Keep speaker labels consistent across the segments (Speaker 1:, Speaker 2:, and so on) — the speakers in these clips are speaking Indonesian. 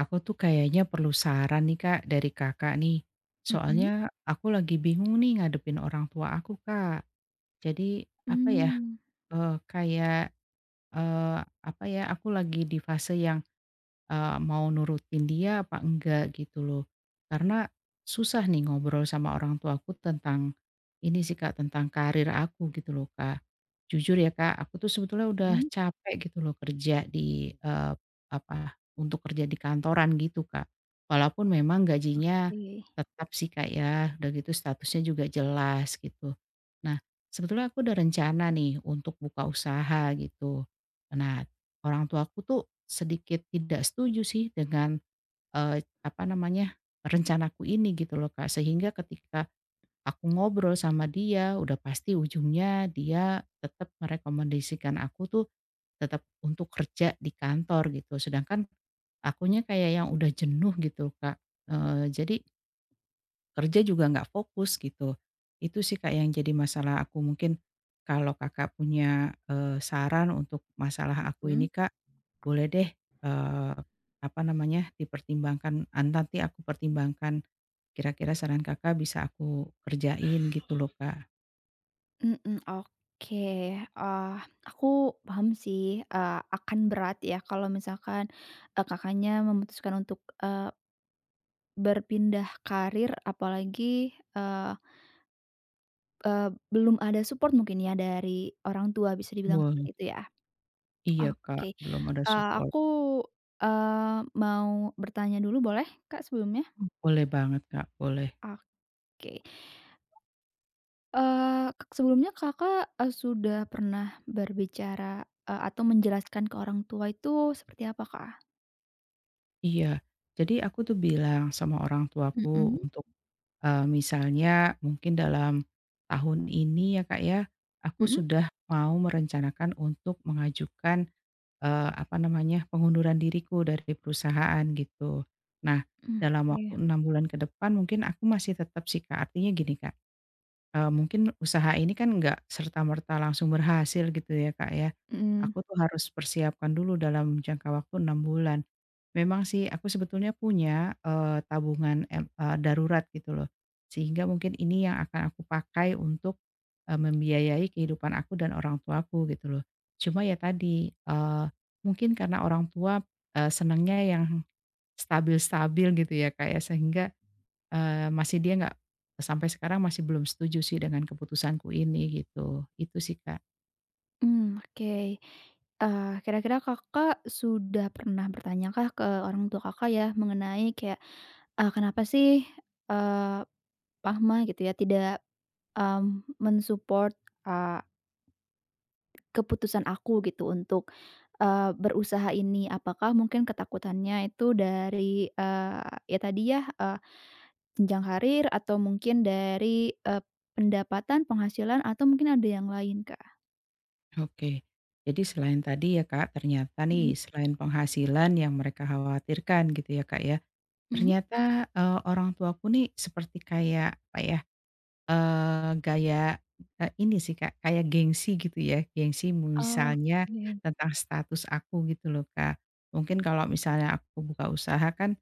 Speaker 1: Aku tuh kayaknya perlu saran nih Kak, dari Kakak nih.
Speaker 2: Mhm.
Speaker 1: Soalnya aku lagi bingung nih ngadepin orang tua aku Kak. Jadi apa ya,
Speaker 2: Mmm.
Speaker 1: kayak, eee, apa ya, aku lagi di fase yang mau nurutin dia apa enggak gitu loh. Karena susah nih ngobrol sama orang tuaku tentang ini sih Kak, tentang karir aku gitu loh Kak. Jujur ya Kak, aku tuh sebetulnya udah
Speaker 2: Mhm.
Speaker 1: capek gitu loh kerja di, apa, untuk kerja di kantoran gitu Kak. Walaupun memang gajinya
Speaker 2: Oke.
Speaker 1: tetap sih Kak ya, udah gitu statusnya juga jelas gitu. Nah, sebetulnya aku udah rencana nih untuk buka usaha gitu. Nah, orang tuaku tuh sedikit tidak setuju sih dengan, apa namanya, rencanaku ini gitu loh, Kak. Sehingga ketika aku ngobrol sama dia, udah pasti ujungnya dia tetap merekomendasikan aku tuh tetap untuk kerja di kantor gitu, sedangkan akunya kayak yang udah jenuh gitu, Kak. Jadi kerja juga nggak fokus gitu. Itu sih Kak yang jadi masalah aku. Mungkin kalau Kakak punya, saran untuk masalah aku ini
Speaker 2: Mhm.
Speaker 1: Kak, boleh deh, eee, apa namanya, dipertimbangkan an nanti aku pertimbangkan, kira-kira saran Kakak bisa aku kerjain gitu loh Kak.
Speaker 2: Mhm. Oke. eee, aku paham sih, akan berat ya kalau misalkan, Kakaknya memutuskan untuk berpindah karir, apalagi eee eee, belum ada support mungkin ya dari orang tua, bisa dibilang seperti
Speaker 1: Betul,
Speaker 2: itu ya?
Speaker 1: iya Kak,
Speaker 2: Oke,
Speaker 1: belum ada support.
Speaker 2: aku, mau bertanya dulu boleh Kak sebelumnya?
Speaker 1: Boleh banget Kak, boleh.
Speaker 2: Oke. Eee, k Sebelumnya Kakak sudah pernah berbicara atau menjelaskan ke orang tua itu seperti apa, Kak?
Speaker 1: Iya, jadi aku tuh bilang sama orang tuaku
Speaker 2: Mhm.
Speaker 1: untuk misalnya mungkin dalam tahun ini ya, Kak, ya, aku
Speaker 2: Mhm.
Speaker 1: sudah mau merencanakan untuk mengajukan, apa namanya, pengunduran diriku dari perusahaan gitu. Nah,
Speaker 2: Mmm.
Speaker 1: dalam waktu
Speaker 2: Oke.
Speaker 1: 6 bulan ke depan mungkin aku masih tetap sih, Kak, artinya gini, Kak, mungkin usaha ini kan nggak serta-merta langsung berhasil gitu ya, Kak, ya.
Speaker 2: Mhm.
Speaker 1: Aku tuh harus persiapkan dulu dalam jangka waktu 6 bulan. Memang sih aku sebetulnya punya, tabungan darurat gitu loh, sehingga mungkin ini yang akan aku pakai untuk, membiayai kehidupan aku dan orang tuaku gitu loh. Cuma ya tadi, mungkin karena orang tua, senangnya yang stabil-stabil gitu ya, Kak, ya, sehingga Eee, masih dia nggak sampai sekarang masih belum setuju sih dengan keputusanku ini gitu, itu sih, Kak.
Speaker 2: Mmm. Oke. Kira-kira Kakak sudah pernah bertanyakah ke orang tua Kakak ya, mengenai kayak, kenapa sih eee, mama gitu ya tidak mensupport eee keputusan aku gitu untuk berusaha ini? Apakah mungkin ketakutannya itu dari, ya tadi ya, jenjang karir, atau mungkin dari eee, pendapatan, penghasilan, atau mungkin ada yang lain, Kak?
Speaker 1: Oke. Jadi selain tadi ya, Kak, ternyata
Speaker 2: Mhm.
Speaker 1: nih selain penghasilan yang mereka khawatirkan gitu ya, Kak, ya,
Speaker 2: Mhm?
Speaker 1: ternyata, orang tuaku nih seperti kayak apa ya, gaya, ini sih, Kak, kayak gengsi gitu ya, gengsi misalnya
Speaker 2: Oke.
Speaker 1: tentang status aku gitu loh, Kak. Mungkin kalau misalnya aku buka usaha kan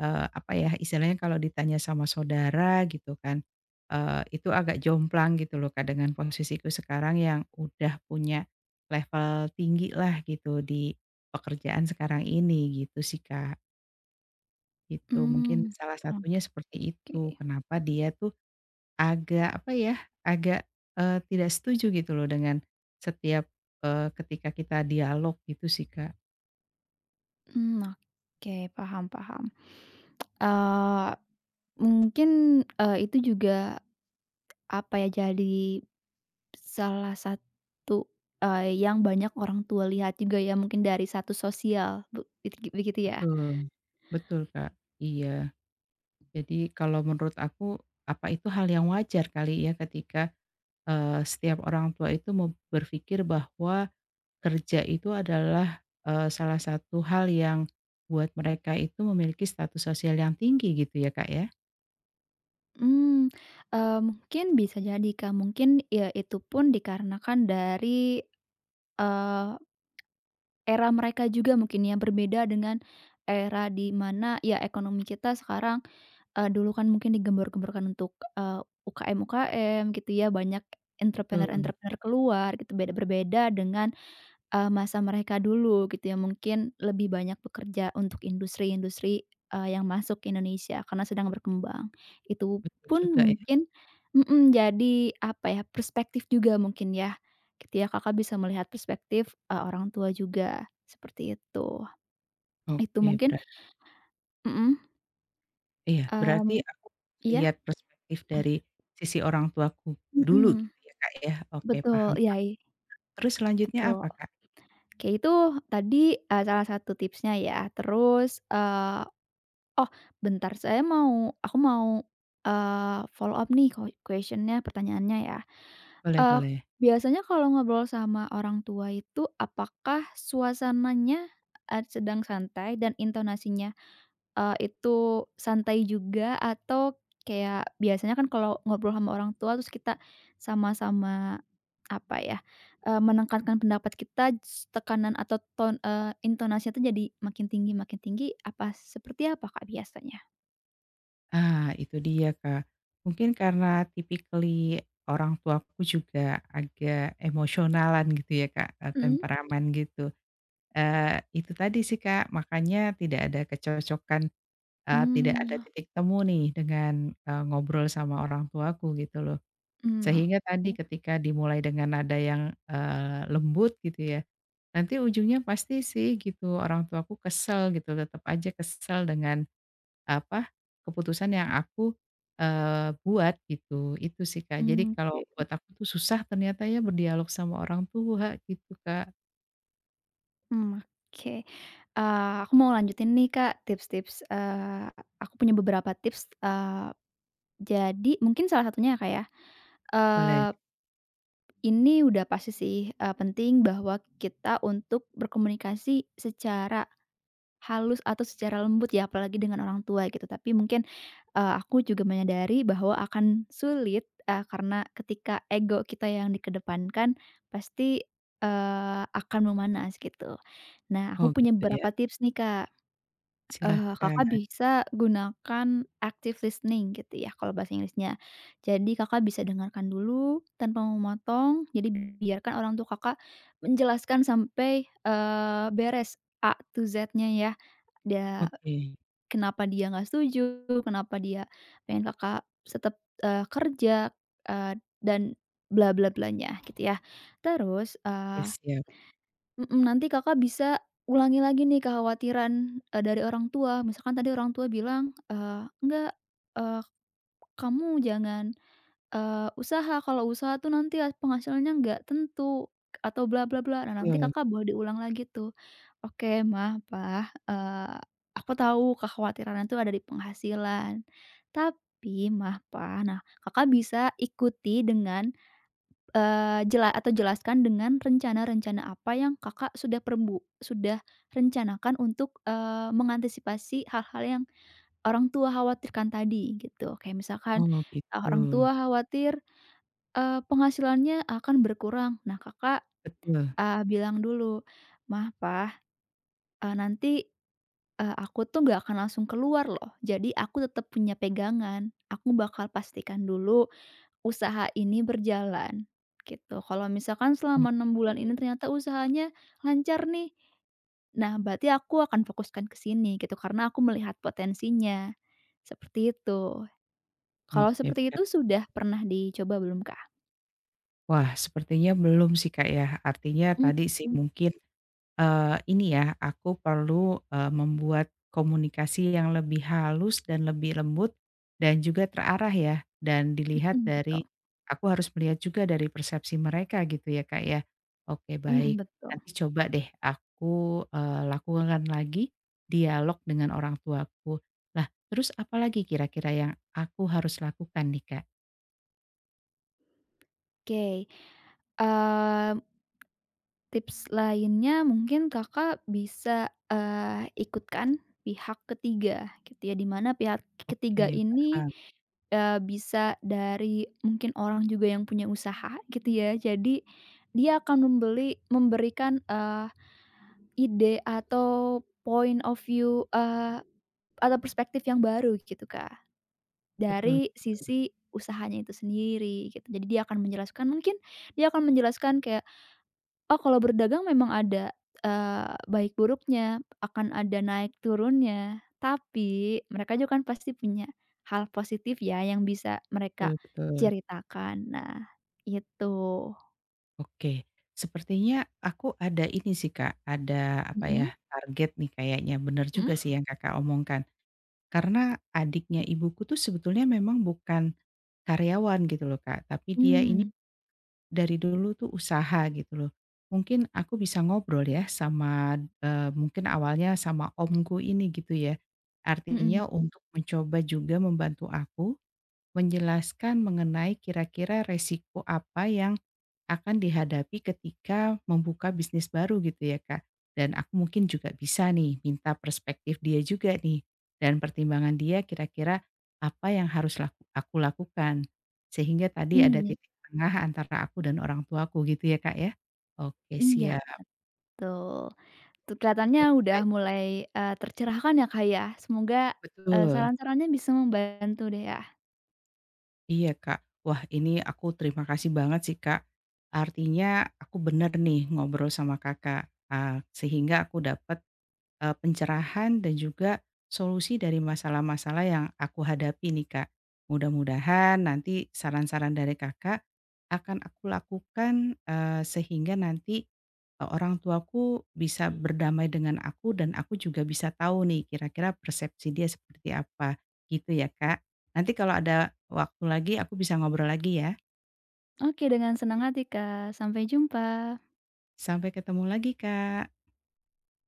Speaker 1: Apa ya, istilahnya kalau ditanya sama saudara gitu kan, itu agak jomplang gitu loh Kak, dengan posisiku sekarang yang udah punya level tinggi lah gitu di pekerjaan sekarang ini gitu sih Kak, itu mungkin
Speaker 2: Mmm.
Speaker 1: salah satunya seperti itu,
Speaker 2: Oke.
Speaker 1: kenapa dia tuh agak apa ya, agak, tidak setuju gitu loh dengan setiap, ketika kita dialog gitu sih Kak.
Speaker 2: Mmm. Oke, paham paham. Eee, Mungkin, itu juga, apa ya, jadi salah satu, yang banyak orang tua lihat juga ya, mungkin dari satu sosial, be it begitu ya?
Speaker 1: Betul, betul Kak, iya. Jadi kalau menurut aku, apa itu hal yang wajar kali ya ketika, setiap orang tua itu mau berpikir bahwa kerja itu adalah, salah satu hal yang buat mereka itu memiliki status sosial yang tinggi gitu ya, Kak, ya?
Speaker 2: Mmm, mungkin bisa jadi Kak, mungkin ya itu pun dikarenakan dari, eee, era mereka juga mungkin yang berbeda dengan era di mana ya ekonomi kita sekarang, dulu kan mungkin digembor-gemborkan untuk, UKM-UKM gitu ya, banyak
Speaker 1: Betul,
Speaker 2: entrepreneur-entrepreneur keluar gitu, berbeda dengan masa mereka dulu gitu ya, mungkin lebih banyak bekerja untuk industri-industri, yang masuk ke Indonesia karena sedang berkembang. Itu
Speaker 1: betul
Speaker 2: pun
Speaker 1: juga ya.
Speaker 2: mungkin. Mhm, jadi apa ya, perspektif juga mungkin ya, gitu ya, Kakak bisa melihat perspektif, orang tua juga, seperti itu. Itu
Speaker 1: Oke,
Speaker 2: mungkin.
Speaker 1: berarti
Speaker 2: Mhm.
Speaker 1: iya, berarti
Speaker 2: Mmm.
Speaker 1: aku
Speaker 2: Iya?
Speaker 1: lihat perspektif dari sisi orang tuaku dulu
Speaker 2: Mhm,
Speaker 1: gitu ya, Kak, ya? Oke,
Speaker 2: betul,
Speaker 1: paham
Speaker 2: iya,
Speaker 1: paham. Terus selanjutnya
Speaker 2: betul.
Speaker 1: apa, Kak?
Speaker 2: Oke, itu tadi salah satu tipsnya ya. Terus, oh, bentar, saya mau aku mau follow up nih, question, pertanyaannya ya.
Speaker 1: Boleh
Speaker 2: Eee,
Speaker 1: boleh.
Speaker 2: Biasanya kalau ngobrol sama orang tua itu apakah suasananya sedang santai, dan intonasinya itu santai juga, atau kayak biasanya kan kalau ngobrol sama orang tua terus kita sama-sama, apa ya, menekankan pendapat kita, tekanan atau intonasinya tuh jadi makin tinggi, apa seperti apa Kak biasanya?
Speaker 1: Ah, itu dia, Kak. Mungkin karena typically orang tuaku juga agak emosionalan gitu ya, Kak,
Speaker 2: Mhm.
Speaker 1: temperamen gitu. Itu tadi sih, Kak, makanya tidak ada kecocokan, tidak ada
Speaker 2: Mmm.
Speaker 1: titik temu nih dengan, ngobrol sama orang tuaku gitu loh.
Speaker 2: Mmm. Oke.
Speaker 1: Sehingga tadi ketika dimulai dengan nada yang, lembut gitu ya, nanti ujungnya pasti sih gitu orang tuaku kesel gitu, tetap aja kesel dengan apa, keputusan yang aku, buat gitu, itu sih, Kak. Jadi
Speaker 2: Mmm.
Speaker 1: kalau
Speaker 2: Oke.
Speaker 1: buat aku tuh susah ternyata ya berdialog sama orang tua gitu, Kak.
Speaker 2: Mmm. Oke, aku mau lanjutin nih, Kak, tips-tips, aku punya beberapa tips, jadi mungkin salah satunya ya, Kak, ya,
Speaker 1: Boleh.
Speaker 2: eee, ini udah pasti sih, penting bahwa kita untuk berkomunikasi secara halus atau secara lembut ya, apalagi dengan orang tua gitu. Tapi mungkin, aku juga menyadari bahwa akan sulit, karena ketika ego kita yang dikedepankan, pasti akan memanas gitu. Nah,
Speaker 1: Oh
Speaker 2: aku punya
Speaker 1: gitu ya,
Speaker 2: beberapa tips nih, Kak.
Speaker 1: silahkan.
Speaker 2: Kakak bisa gunakan active listening gitu ya, kalau bahasa Inggrisnya. Jadi Kakak bisa dengarkan dulu tanpa memotong, jadi biarkan orang tua Kakak menjelaskan sampai beres A to Z-nya ya. Dia
Speaker 1: Oke,
Speaker 2: Kenapa dia nggak setuju, kenapa dia pengen Kakak tetap kerja, eee, dan bla bla blanya gitu ya. Terus,
Speaker 1: ya siap,
Speaker 2: nanti Kakak bisa ulangi lagi nih kekhawatiran dari orang tua. Misalkan tadi orang tua bilang, "Enggak, eee, kamu jangan usaha, kalau usaha tuh nanti ya penghasilannya nggak tentu," atau bla bla bla. Nah, nanti
Speaker 1: betul.
Speaker 2: Kakak boleh diulang lagi tuh. "Oke, Ma, Pa, aku tahu kekhawatiran itu ada di penghasilan, tapi Mah, Pa." Nah, Kakak bisa ikuti dengan, eee, jela atau jelaskan dengan rencana-rencana apa yang Kakak sudah rencanakan untuk mengantisipasi hal-hal yang orang tua khawatirkan tadi, gitu. Kayak misalkan,
Speaker 1: Oh gitu,
Speaker 2: orang tua khawatir penghasilannya akan berkurang. Nah, Kakak
Speaker 1: betul.
Speaker 2: bilang dulu, "Mah, Pah, nanti, aku tuh nggak akan langsung keluar loh, jadi aku tetap punya pegangan. Aku bakal pastikan dulu usaha ini berjalan." Gitu. Kalau misalkan selama 6
Speaker 1: Oke,
Speaker 2: bulan ini ternyata usahanya lancar nih, nah berarti aku akan fokuskan ke sini gitu, karena aku melihat potensinya. Seperti itu. Kalau
Speaker 1: oke.
Speaker 2: seperti
Speaker 1: Berat.
Speaker 2: itu sudah pernah dicoba belum, Kah?
Speaker 1: Wah sepertinya belum sih, Kak, ya. Artinya tadi sih
Speaker 2: Mhm.
Speaker 1: mungkin ini ya, aku perlu, membuat komunikasi yang lebih halus dan lebih lembut dan juga terarah ya, dan dilihat
Speaker 2: Mhm, betul.
Speaker 1: dari aku harus melihat juga dari persepsi mereka gitu ya, Kak, ya. Oke
Speaker 2: Mhm,
Speaker 1: baik,
Speaker 2: betul.
Speaker 1: nanti coba deh aku, lakukan lagi dialog dengan orang tuaku. Nah, terus apa lagi kira-kira yang aku harus lakukan nih, Kak?
Speaker 2: Oke, eee, tips lainnya mungkin Kakak bisa, ikutkan pihak ketiga gitu ya, di mana pihak
Speaker 1: Oke,
Speaker 2: ketiga ini
Speaker 1: paham.
Speaker 2: bisa dari mungkin orang juga yang punya usaha gitu ya. Jadi dia akan memberikan, ide atau point of view, atau perspektif yang baru gitu, Kak,
Speaker 1: Betul
Speaker 2: dari sisi usahanya itu sendiri gitu. Jadi dia akan menjelaskan, mungkin dia akan menjelaskan kayak, oh, kalau berdagang memang ada, baik buruknya, akan ada naik turunnya, tapi mereka juga kan pasti punya hal positif ya yang bisa mereka
Speaker 1: betul betul.
Speaker 2: ceritakan. Nah, itu.
Speaker 1: Oke, sepertinya aku ada ini sih Kak, ada apa ya,
Speaker 2: Mhm.
Speaker 1: target nih kayaknya, bener juga
Speaker 2: Mhm.
Speaker 1: sih yang Kakak omongkan. Karena adiknya ibuku tuh sebetulnya memang bukan karyawan gitu loh Kak, tapi dia ini
Speaker 2: Mmm.
Speaker 1: dari dulu tuh usaha gitu loh. Mungkin aku bisa ngobrol ya sama, mungkin awalnya sama omku ini gitu ya,
Speaker 2: Mhm.
Speaker 1: artinya untuk mencoba juga membantu aku menjelaskan mengenai kira-kira resiko apa yang akan dihadapi ketika membuka bisnis baru gitu ya, Kak. Dan aku mungkin juga bisa nih minta perspektif dia juga nih, dan pertimbangan dia kira-kira apa yang harus aku lakukan. Sehingga tadi ada
Speaker 2: Mmm.
Speaker 1: titik tengah antara aku dan orang tuaku gitu ya, Kak, ya? Oke
Speaker 2: Iya,
Speaker 1: siap,
Speaker 2: betul. Tuh kelihatannya
Speaker 1: baik
Speaker 2: udah
Speaker 1: baik,
Speaker 2: mulai tercerahkan ya, Kak, ya. Semoga
Speaker 1: betul.
Speaker 2: saran-sarannya bisa membantu deh ya.
Speaker 1: Iya, Kak. Wah, ini aku terima kasih banget sih, Kak. Artinya aku bener nih ngobrol sama Kakak, sehingga aku dapat pencerahan dan juga solusi dari masalah-masalah yang aku hadapi nih, Kak. Mudah-mudahan nanti saran-saran dari Kakak akan aku lakukan, sehingga nanti, orang tuaku bisa berdamai dengan aku dan aku juga bisa tahu nih kira-kira persepsi dia seperti apa, gitu ya, Kak. Nanti kalau ada waktu lagi aku bisa ngobrol lagi ya.
Speaker 2: Oke, dengan senang hati, Kak. Sampai jumpa.
Speaker 1: Sampai ketemu lagi, Kak.